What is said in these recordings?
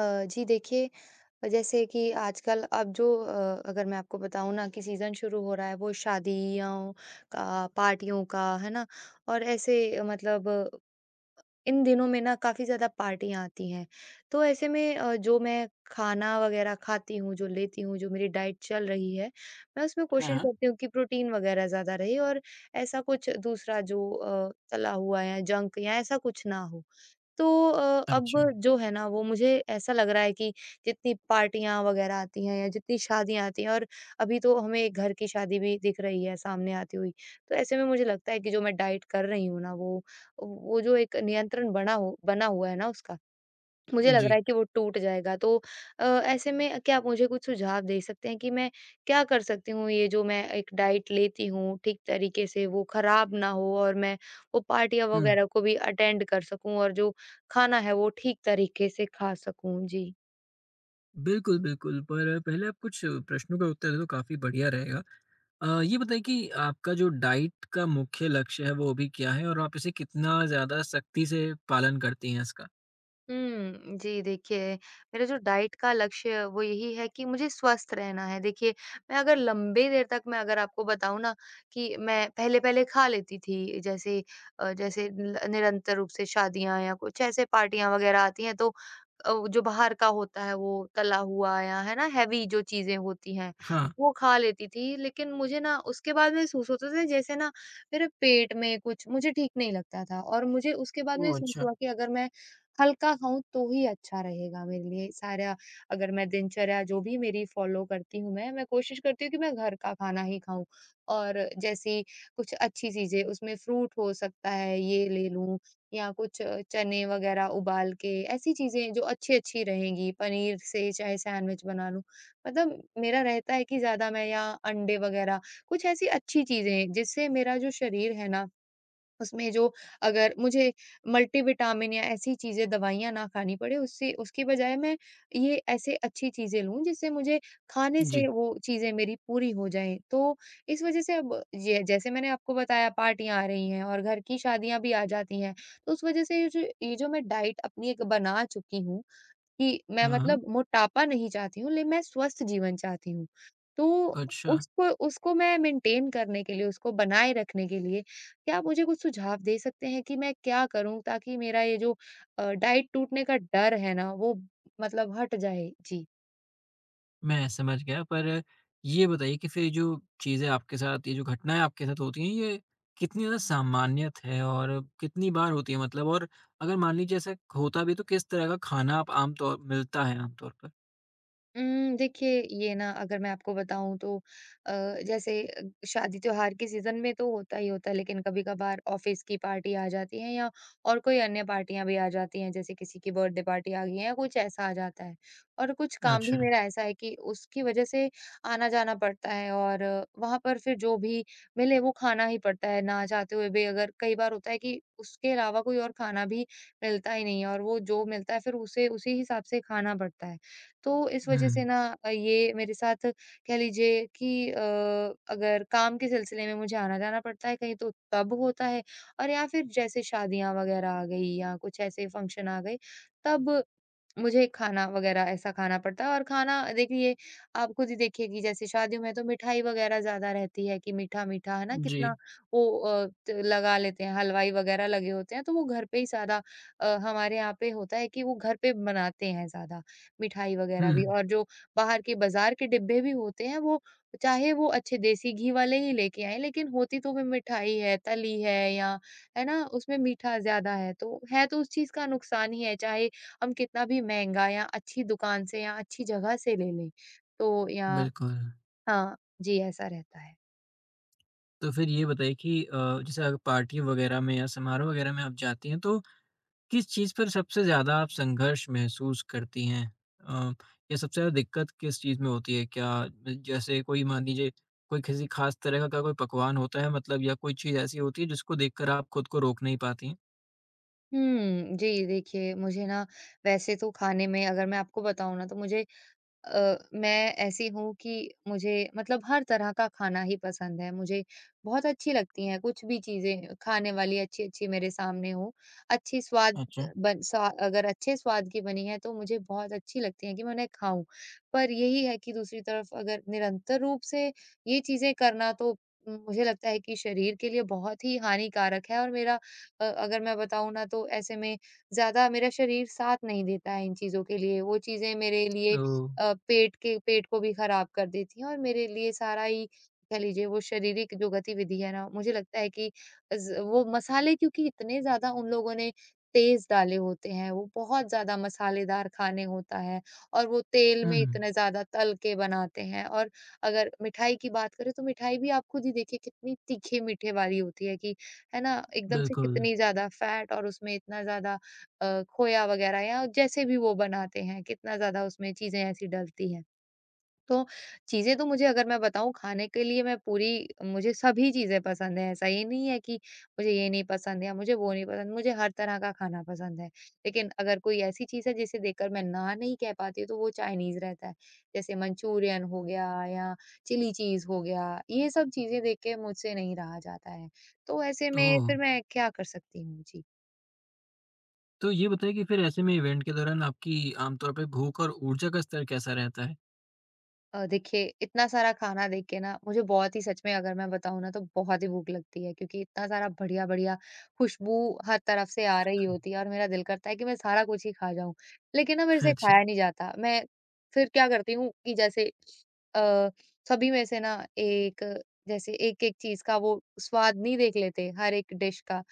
जी देखिए, जैसे कि आजकल अब जो अगर मैं आपको बताऊँ ना कि सीज़न शुरू हो रहा है वो शादियों का, पार्टियों का, है ना? और ऐसे मतलब, इन दिनों में ना काफ़ी ज़्यादा पार्टियाँ आती हैं। तो ऐसे में जो मैं खाना वग़ैरह खाती हूँ, जो लेती हूँ, जो मेरी डाइट चल रही है, मैं उसमें हाँ, कोशिश हाँ। करती हूँ कि प्रोटीन वग़ैरह ज़्यादा रहे और ऐसा कुछ दूसरा जो तला हुआ या जंक या ऐसा कुछ ना हो। तो अब अच्छा, जो है ना वो मुझे ऐसा लग रहा है कि जितनी पार्टियाँ वगैरह आती हैं या जितनी शादियाँ आती हैं, और अभी तो हमें एक घर की शादी भी दिख रही है सामने आती हुई। तो ऐसे में मुझे लगता है कि जो मैं डाइट कर रही हूँ ना, वो जो एक नियंत्रण बना हुआ है ना उसका, मुझे लग रहा जी। है कि वो टूट जाएगा। तो ऐसे में क्या आप मुझे कुछ सुझाव दे सकते हैं कि मैं क्या कर सकती हूँ? ये जो मैं एक डाइट लेती हूँ, ठीक तरीके से वो ख़राब ना हो और मैं वो पार्टियाँ हुँ, वग़ैरह को भी अटेंड कर सकूँ, और जो खाना है, वो ठीक तरीके से खा सकूँ? जी। बिल्कुल, बिल्कुल, पर पहले आप कुछ प्रश्नों का उत्तर दें तो काफ़ी बढ़िया रहेगा। ये बताइए कि आपका जो डाइट का मुख्य लक्ष्य है, वो अभी क्या है और आप इसे कितना ज़्यादा सख्ती से पालन करती हैं इसका? हुँ, जी देखिए, मेरा जो डाइट का लक्ष्य, वो यही है कि मुझे स्वस्थ रहना है। देखिए, मैं अगर लंबी देर तक, मैं अगर आपको बताऊँ ना कि मैं पहले-पहले खा लेती थी, जैसे जैसे ल निरंतर रूप से शादियाँ या कुछ ऐसे पार्टियाँ वग़ैरह आती हैं, तो वो जो बाहर का होता है वो तला हुआ, या है ना हेवी जो चीज़ें होती हैं, हाँ। वो खा लेती थी। लेकिन मुझे ना उसके बाद महसूस होता था, जैसे ना मेरे पेट में कुछ मुझे ठीक नहीं लगता था, और मुझे उसके बाद ओह! महसूस अच्छा। हुआ कि अगर मैं हल्का खाऊँ तो ही अच्छा रहेगा मेरे लिए सारा। अगर मैं दिनचर्या जो भी मेरी फ़ॉलो करती हूँ, मैं कोशिश करती हूँ कि मैं घर का खाना ही खाऊँ। और जैसे कुछ अच्छी चीज़ें, उसमें फ्रूट हो सकता है, ये ले लूँ, या कुछ चने वग़ैरह उबाल के, ऐसी चीज़ें जो अच्छी-अच्छी रहेंगी, पनीर से चाहे सैंडविच बना लूँ। मतलब मेरा रहता है कि ज़्यादा मैं या अंडे वग़ैरह, कुछ ऐसी अच्छी चीज़ें, जिससे मेरा जो शरीर है ना उसमें जो, अगर मुझे मल्टीविटामिन या ऐसी चीज़ें, दवाइयाँ ना खानी पड़े, उससे उसकी बजाय मैं ये ऐसे अच्छी चीज़ें लूँ, जिससे मुझे खाने से जी। वो चीज़ें मेरी पूरी हो जाएँ। तो इस वज़ह से अब ये, जैसे मैंने आपको बताया, पार्टियाँ आ रही हैं, और घर की शादियाँ भी आ जाती हैं। तो उस वज़ह से ये जो मैं डाइट अपनी एक बना चुकी हूँ कि मैं हाँ, हाँ। मतलब मोटापा नहीं चाहती हूँ, ले मैं स्वस्थ जीवन चाहती हूँ। तो अच्छा। उसको उसको मैं मेंटेन करने के लिए, उसको बनाए रखने के लिए, क्या आप मुझे कुछ सुझाव दे सकते हैं कि मैं क्या करूँ, ताकि मेरा ये जो डाइट टूटने का डर है ना, वो मतलब हट जाए? जी। मैं समझ गया, पर ये बताइए कि फिर ये जो चीज़ें आपके साथ, ये जो घटनाएँ आपके साथ होती हैं, ये कितनी ज़्यादा सामान्यत है और कितनी बार होती है, मतलब। और अगर मान लीजिए ऐसा होता भी है, तो किस तरह का खाना आप आमतौर मिलता है आमतौर पर? देखिए ये ना, अगर मैं आपको बताऊँ तो अ, जैसे शादी-त्योहार के सीज़न में तो होता ही होता है, लेकिन कभी-कभार ऑफ़िस की पार्टी आ जाती है, या और कोई अन्य पार्टियाँ भी आ जाती हैं, जैसे किसी की बर्थडे पार्टी आ गई है या कुछ ऐसा आ जाता है। और कुछ काम भी अच्छा। मेरा ऐसा है कि उसकी वज़ह से आना-जाना पड़ता है, और वहाँ पर फिर जो भी मिले वो खाना ही पड़ता है, ना चाहते हुए भी। अगर कई बार होता है कि उसके अलावा कोई और खाना भी मिलता ही नहीं है, और वो जो मिलता है फिर उसे उसी हिसाब से खाना पड़ता है। तो इस वजह से हुँ, ना ये मेरे साथ, कह लीजिए कि अगर काम के सिलसिले में मुझे आना-जाना पड़ता है कहीं, तो तब होता है, और या फिर जैसे शादियाँ वगैरह आ गई, या कुछ ऐसे फंक्शन आ गए, तब मुझे खाना वग़ैरह ऐसा खाना पड़ता है। और खाना देखिए, आप खुद ही देखिए कि जैसे शादियों में तो मिठाई वग़ैरह ज़्यादा रहती है, कि मीठा-मीठा, है ना? जी। कितना वो अ, त लगा लेते हैं, हलवाई वग़ैरह लगे होते हैं, तो वो घर पे ही ज़्यादा हमारे यहाँ पे होता है कि वो घर पे बनाते हैं ज़्यादा, मिठाई वग़ैरह भी, हुँ, और जो बाहर के बाज़ार के डिब्बे भी होते हैं, वो चाहे वो अच्छे देसी घी वाले ही लेके आएँ, लेकिन होती तो वो मिठाई है, तली है, या है ना? उसमें मीठा ज़्यादा है तो उस चीज़ का नुकसान ही है, चाहे हम कितना भी महँगा या अच्छी दुकान से या अच्छी जगह से ले लें, तो या बिल्कुल। हाँ, जी, ऐसा रहता है। तो फिर ये बताइए कि जैसे अगर पार्टी वगैरह में या समारोह वगैरह में आप जाती हैं, तो किस चीज़ पर सबसे ज़्यादा आप संघर्ष महसूस करती हैं? अ, या सबसे ज़्यादा दिक्कत किस चीज़ में होती है? क्या जैसे कोई, मान लीजिए, कोई किसी ख़ास तरह का कोई पकवान होता है, मतलब, या कोई चीज़ ऐसी होती है जिसको देखकर आप खुद को रोक नहीं पाती हैं? हुँ, जी, देखिए मुझे ना वैसे तो खाने में, अगर मैं आपको बताऊँ ना, तो मुझे मैं ऐसी हूँ कि मुझे मतलब हर तरह का खाना ही पसंद है। मुझे बहुत अच्छी लगती हैं, कुछ भी चीज़ें खाने वाली अच्छी-अच्छी मेरे सामने हो। अच्छी स्वाद अच्छा। बन स्वा अगर अच्छे स्वाद की बनी है, तो मुझे बहुत अच्छी लगती हैं कि मैं उन्हें खाऊँ। पर यही है कि दूसरी तरफ अगर निरंतर रूप से ये चीज़ें करना, तो मुझे लगता है कि शरीर के लिए बहुत ही हानिकारक है, और मेरा अगर मैं बताऊँ ना, तो ऐसे में ज़्यादा मेरा शरीर साथ नहीं देता है इन चीज़ों के लिए। वो चीज़ें मेरे लिए ओह! पेट को भी खराब कर देती हैं, और मेरे लिए सारा ही, कह लीजिए, वो शारीरिक जो गतिविधि है ना, मुझे लगता है कि ज़ वो मसाले, क्योंकि इतने ज़्यादा उन लोगों ने तेज़ डाले होते हैं, वो बहुत ज़्यादा मसालेदार खाने होता है, और वो तेल में हुँ, इतने ज़्यादा तल के बनाते हैं। और अगर मिठाई की बात करें, तो मिठाई भी आप खुद ही देखिए कितनी तीखे-मीठे वाली होती है, कि है ना, एकदम से बिल्कुल। कितनी ज़्यादा फैट, और उसमें इतना ज़्यादा खोया वगैरह, या जैसे भी वो बनाते हैं, कितना ज़्यादा उसमें चीज़ें ऐसी डलती हैं। तो चीज़ें तो मुझे, अगर मैं बताऊँ, खाने के लिए मैं पूरी, मुझे सभी चीज़ें पसंद हैं, ऐसा ये नहीं है कि मुझे ये नहीं पसंद या मुझे वो नहीं पसंद, मुझे हर तरह का खाना पसंद है। लेकिन अगर कोई ऐसी चीज़ है जिसे देखकर मैं ना नहीं कह पाती हूँ, तो वो चाइनीज़ रहता है। जैसे मंचूरियन हो गया या चिली चीज़ हो गया, ये सब चीज़ें देख के मुझसे नहीं रहा जाता है। तो ऐसे में ओह! फिर मैं क्या कर सकती हूँ? जी। तो ये बताइए कि फिर ऐसे में इवेंट के दौरान आपकी आमतौर पे भूख और ऊर्जा का स्तर कैसा रहता है? देखिए, इतना सारा खाना देख के ना मुझे बहुत ही, सच में अगर मैं बताऊँ ना, तो बहुत ही भूख लगती है, क्योंकि इतना सारा बढ़िया-बढ़िया खुशबू हर तरफ से आ रही होती है, और मेरा दिल करता है कि मैं सारा कुछ ही खा जाऊँ। लेकिन ना मेरे से अच्छा। खाया नहीं जाता। मैं फिर क्या करती हूँ कि जैसे अ, सभी में से ना एक, जैसे एक-एक चीज़ का वो स्वाद नहीं देख लेते हर एक डिश का।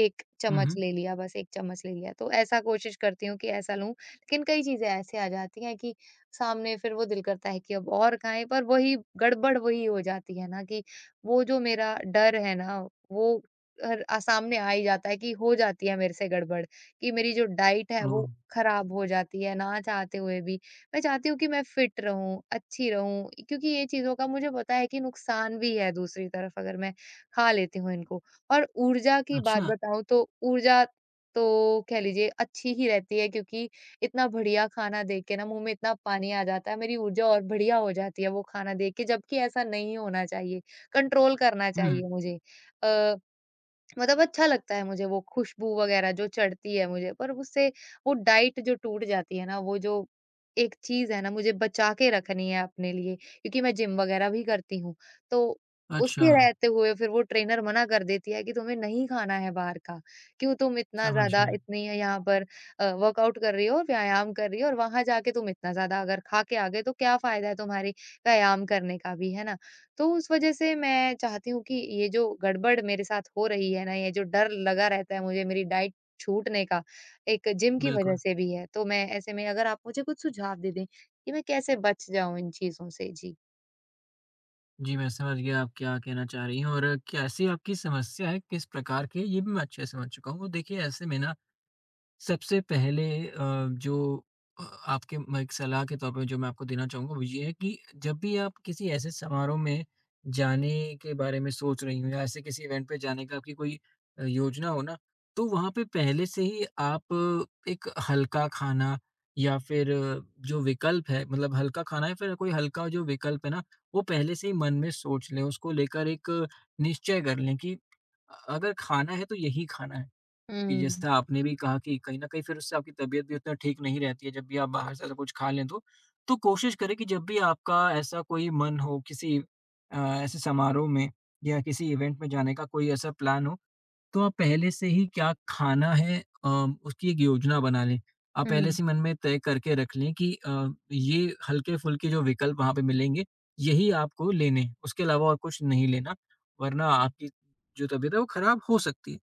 1 हुँ, चम्मच हुँ। ले लिया, बस 1 चम्मच ले लिया। तो ऐसा कोशिश करती हूँ कि ऐसा लूँ। लेकिन कई चीज़ें ऐसे आ जाती हैं कि सामने, फिर वो दिल करता है कि अब और खाएँ, पर वही गड़बड़ वही हो जाती है ना, कि वो जो मेरा डर है ना, वो हर सामने आ ही जाता है, कि हो जाती है मेरे से गड़बड़, कि मेरी जो डाइट है ओह! वो खराब हो जाती है, ना चाहते हुए भी। मैं चाहती हूँ कि मैं फिट रहूँ, अच्छी रहूँ, क्योंकि ये चीज़ों का मुझे पता है कि नुकसान भी है दूसरी तरफ, अगर मैं खा लेती हूँ इनको। और ऊर्जा की बात अच्छा। बताऊँ, तो ऊर्जा तो कह लीजिए अच्छी ही रहती है, क्योंकि इतना बढ़िया खाना देख के ना मुँह में इतना पानी आ जाता है, मेरी ऊर्जा और बढ़िया हो जाती है वो खाना देख के, जबकि ऐसा नहीं होना चाहिए, कंट्रोल करना हुँ। चाहिए मुझे। अ, मतलब अच्छा लगता है मुझे वो खुशबू वगैरह जो चढ़ती है मुझे, पर उससे वो डाइट जो टूट जाती है ना, वो जो एक चीज़ है ना मुझे बचा के रखनी है अपने लिए, क्योंकि मैं जिम वगैरह भी करती हूँ। तो उसके अच्छा, रहते हुए फिर वो ट्रेनर मना कर देती है कि तुम्हें नहीं खाना है बाहर का। क्यों, तुम इतना समझ ज़्यादा, गया। इतनी यहाँ पर वर्कआउट कर रही हो, व्यायाम कर रही हो, और वहाँ जाके तुम इतना ज़्यादा अगर खा के आ गए, तो क्या फ़ायदा है तुम्हारी व्यायाम करने का भी, है ना? तो उस वजह से मैं चाहती हूँ कि ये जो गड़बड़ मेरे साथ हो रही है ना, ये जो डर लगा रहता है मुझे मेरी डाइट छूटने का, एक जिम की वजह बिल्कुल। से भी है। तो मैं ऐसे में, अगर आप मुझे कुछ सुझाव दे दें कि मैं कैसे बच जाऊँ इन चीज़ों से? जी। जी, मैं समझ गया आप क्या कहना चाह रही हैं, और कैसी आपकी समस्या है, किस प्रकार की है, ये भी मैं अच्छे से समझ चुका हूँ। देखिए, ऐसे में ना सबसे पहले अ, जो अ, आपके म एक सलाह के तौर पे जो मैं आपको देना चाहूँगा, वो ये है कि जब भी आप किसी ऐसे समारोह में जाने के बारे में सोच रही हो, या ऐसे किसी इवेंट पे जाने का आपकी कोई योजना हो ना, तो वहाँ पे पहले से ही आप एक हल्का खाना या फिर जो विकल्प है, मतलब हल्का खाना या फिर कोई हल्का जो विकल्प है ना, वो पहले से ही मन में सोच लें। उसको लेकर एक निश्चय कर लें कि अगर खाना है तो यही खाना है। कि हुँ, जैसा आपने भी कहा कि कहीं न कहीं फिर उससे आपकी तबीयत भी उतना ठीक नहीं रहती है, जब भी आप बाहर से ऐसा कुछ खा लें तो। तो कोशिश करें कि जब भी आपका ऐसा कोई मन हो, किसी अ, ऐसे समारोह में या किसी इवेंट में जाने का कोई ऐसा प्लान हो, तो आप पहले से ही क्या खाना है, अ, उसकी एक योजना बना लें। आप हुँ, पहले हुँ, से मन में तय करके रख लें कि ये हल्के-फुल्के जो विकल्प वहाँ पे मिलेंगे, यही आपको लेने हैं, उसके अलावा और कुछ नहीं लेना, वरना आपकी जो तबीयत है वो खराब हो सकती है।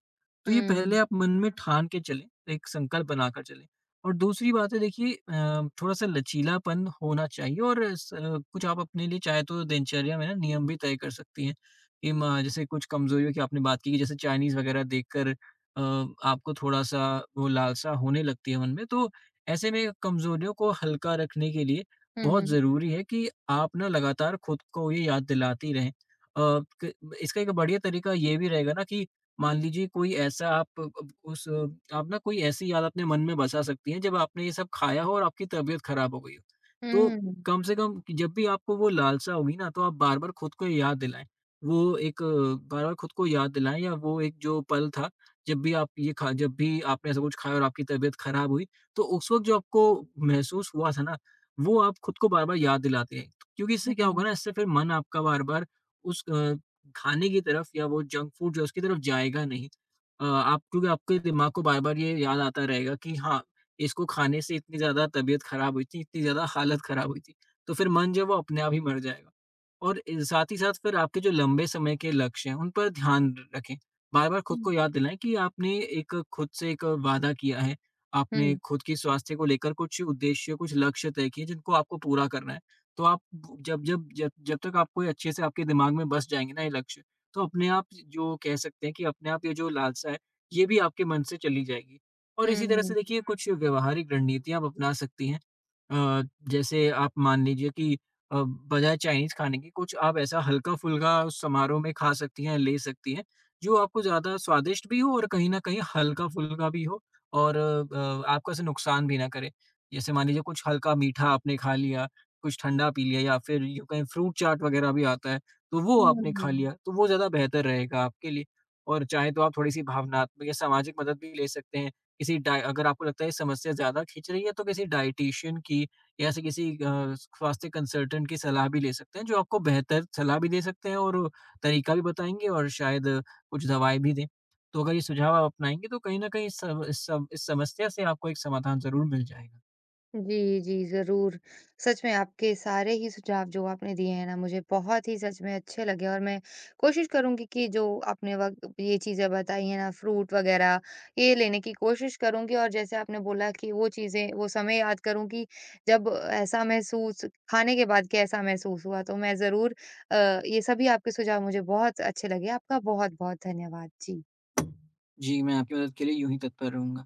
तो ये हुँ, पहले आप मन में ठान के चलें, एक संकल्प बनाकर चलें। और दूसरी बात है, देखिए, थोड़ा-सा लचीलापन होना चाहिए, और स कुछ आप अपने लिए चाहे तो दिनचर्या में ना नियम भी तय कर सकती हैं। जैसे कुछ कमज़ोरियों की आपने बात की कि जैसे चाइनीज़ वग़ैरह देखकर आपको थोड़ा-सा वो लालसा होने लगती है मन में, तो ऐसे में कमज़ोरियों को हल्का रखने के लिए हुँ, बहुत हुँ, ज़रूरी है कि आप ना लगातार खुद को ये याद दिलाती रहें। अ, क इसका एक बढ़िया तरीका ये भी रहेगा ना कि मान लीजिए कोई ऐसा आप अब उस आप ना कोई ऐसी याद अपने मन में बसा सकती हैं, जब आपने ये सब खाया हो और आपकी तबीयत ख़राब हो गई हो। तो हुँ, कम से कम कि जब भी आपको वो लालसा होगी ना, तो आप बार-बार खुद को ये याद दिलाएँ। वो एक बार-बार खुद को याद दिलाएँ, या वो एक जो पल था, जब भी आप ये खा जब भी आपने ऐसा कुछ खाया और आपकी तबीयत खराब हुई, तो उस वक़्त जो आपको महसूस हुआ था ना, वो आप खुद को बार-बार याद दिलाते हैं। क्योंकि इससे क्या हुँ, होगा ना, इससे फिर मन आपका बार-बार उस खाने की तरफ या वो जंक फूड जो है उसकी तरफ जाएगा नहीं। आप, क्योंकि आपके दिमाग को बार-बार ये याद आता रहेगा कि हाँ, इसको खाने से इतनी ज़्यादा तबीयत खराब हुई थी, इतनी ज़्यादा हालत खराब हुई थी। तो फिर मन जो है वो अपने आप ही मर जाएगा। और साथ ही साथ फिर आपके जो लंबे समय के लक्ष्य हैं, उन पर ध्यान रखें। बार-बार खुद हुँ, को याद दिलाएं कि आपने एक खुद से एक वादा किया है। आपने हुँ, खुद की स्वास्थ्य को लेकर कुछ उद्देश्य, कुछ लक्ष्य तय किए जिनको आपको पूरा करना है। तो आप ब- जब जब जब जब तक आपको ये अच्छे से आपके दिमाग में बस जाएंगे ना ये लक्ष्य, तो अपने आप, जो कह सकते हैं कि अपने आप, ये जो लालसा है, ये भी आपके मन से चली जाएगी। और इसी तरह से देखिए, कुछ व्यवहारिक रणनीतियाँ आप अपना सकती हैं। अ, जैसे आप मान लीजिए कि अ, बजाय चाइनीज़ खाने के, कुछ आप ऐसा हल्का-फुल्का उस समारोह में खा सकती हैं, ले सकती हैं, जो आपको ज़्यादा स्वादिष्ट भी हो और कहीं न कहीं हल्का-फुल्का भी हो, और आपको ऐसे नुकसान भी ना करे। जैसे मान लीजिए कुछ हल्का मीठा आपने खा लिया, कुछ ठंडा पी लिया, या फिर यूँ कहें फ्रूट चाट वगैरह भी आता है, तो वो हुँ, आपने खा हुँ। लिया, तो वो ज़्यादा बेहतर रहेगा आपके लिए। और चाहे तो आप थोड़ी-सी भावनात्मक या सामाजिक मदद भी ले सकते हैं। किसी डाय अगर आपको लगता है ये समस्या ज़्यादा खींच रही है, तो किसी डायटीशियन की, या ऐसे किसी स्वास्थ्य कंसल्टेंट की सलाह भी ले सकते हैं, जो आपको बेहतर सलाह भी दे सकते हैं और तरीका भी बताएँगे, और शायद कुछ दवाएँ भी दें। तो अगर ये सुझाव आप अपनाएँगे, तो कहीं न कहीं इस समस्या से आपको एक समाधान ज़रूर मिल जाएगा। जी, जी, ज़रूर। सच में आपके सारे ही सुझाव जो आपने दिए हैं ना, मुझे बहुत ही, सच में अच्छे लगे, और मैं कोशिश करूँगी कि जो आपने वक़्त ये चीज़ें बताई हैं ना, फ्रूट वग़ैरह ये लेने की कोशिश करूँगी, और जैसे आपने बोला कि वो चीज़ें, वो समय याद करूँ कि जब ऐसा महसूस, खाने के बाद कैसा महसूस हुआ, तो मैं ज़रूर अ, ये सभी आपके सुझाव मुझे बहुत अच्छे लगे। आपका बहुत-बहुत धन्यवाद। जी। जी, मैं आपकी मदद के लिए यूँ ही तत्पर रहूँगा।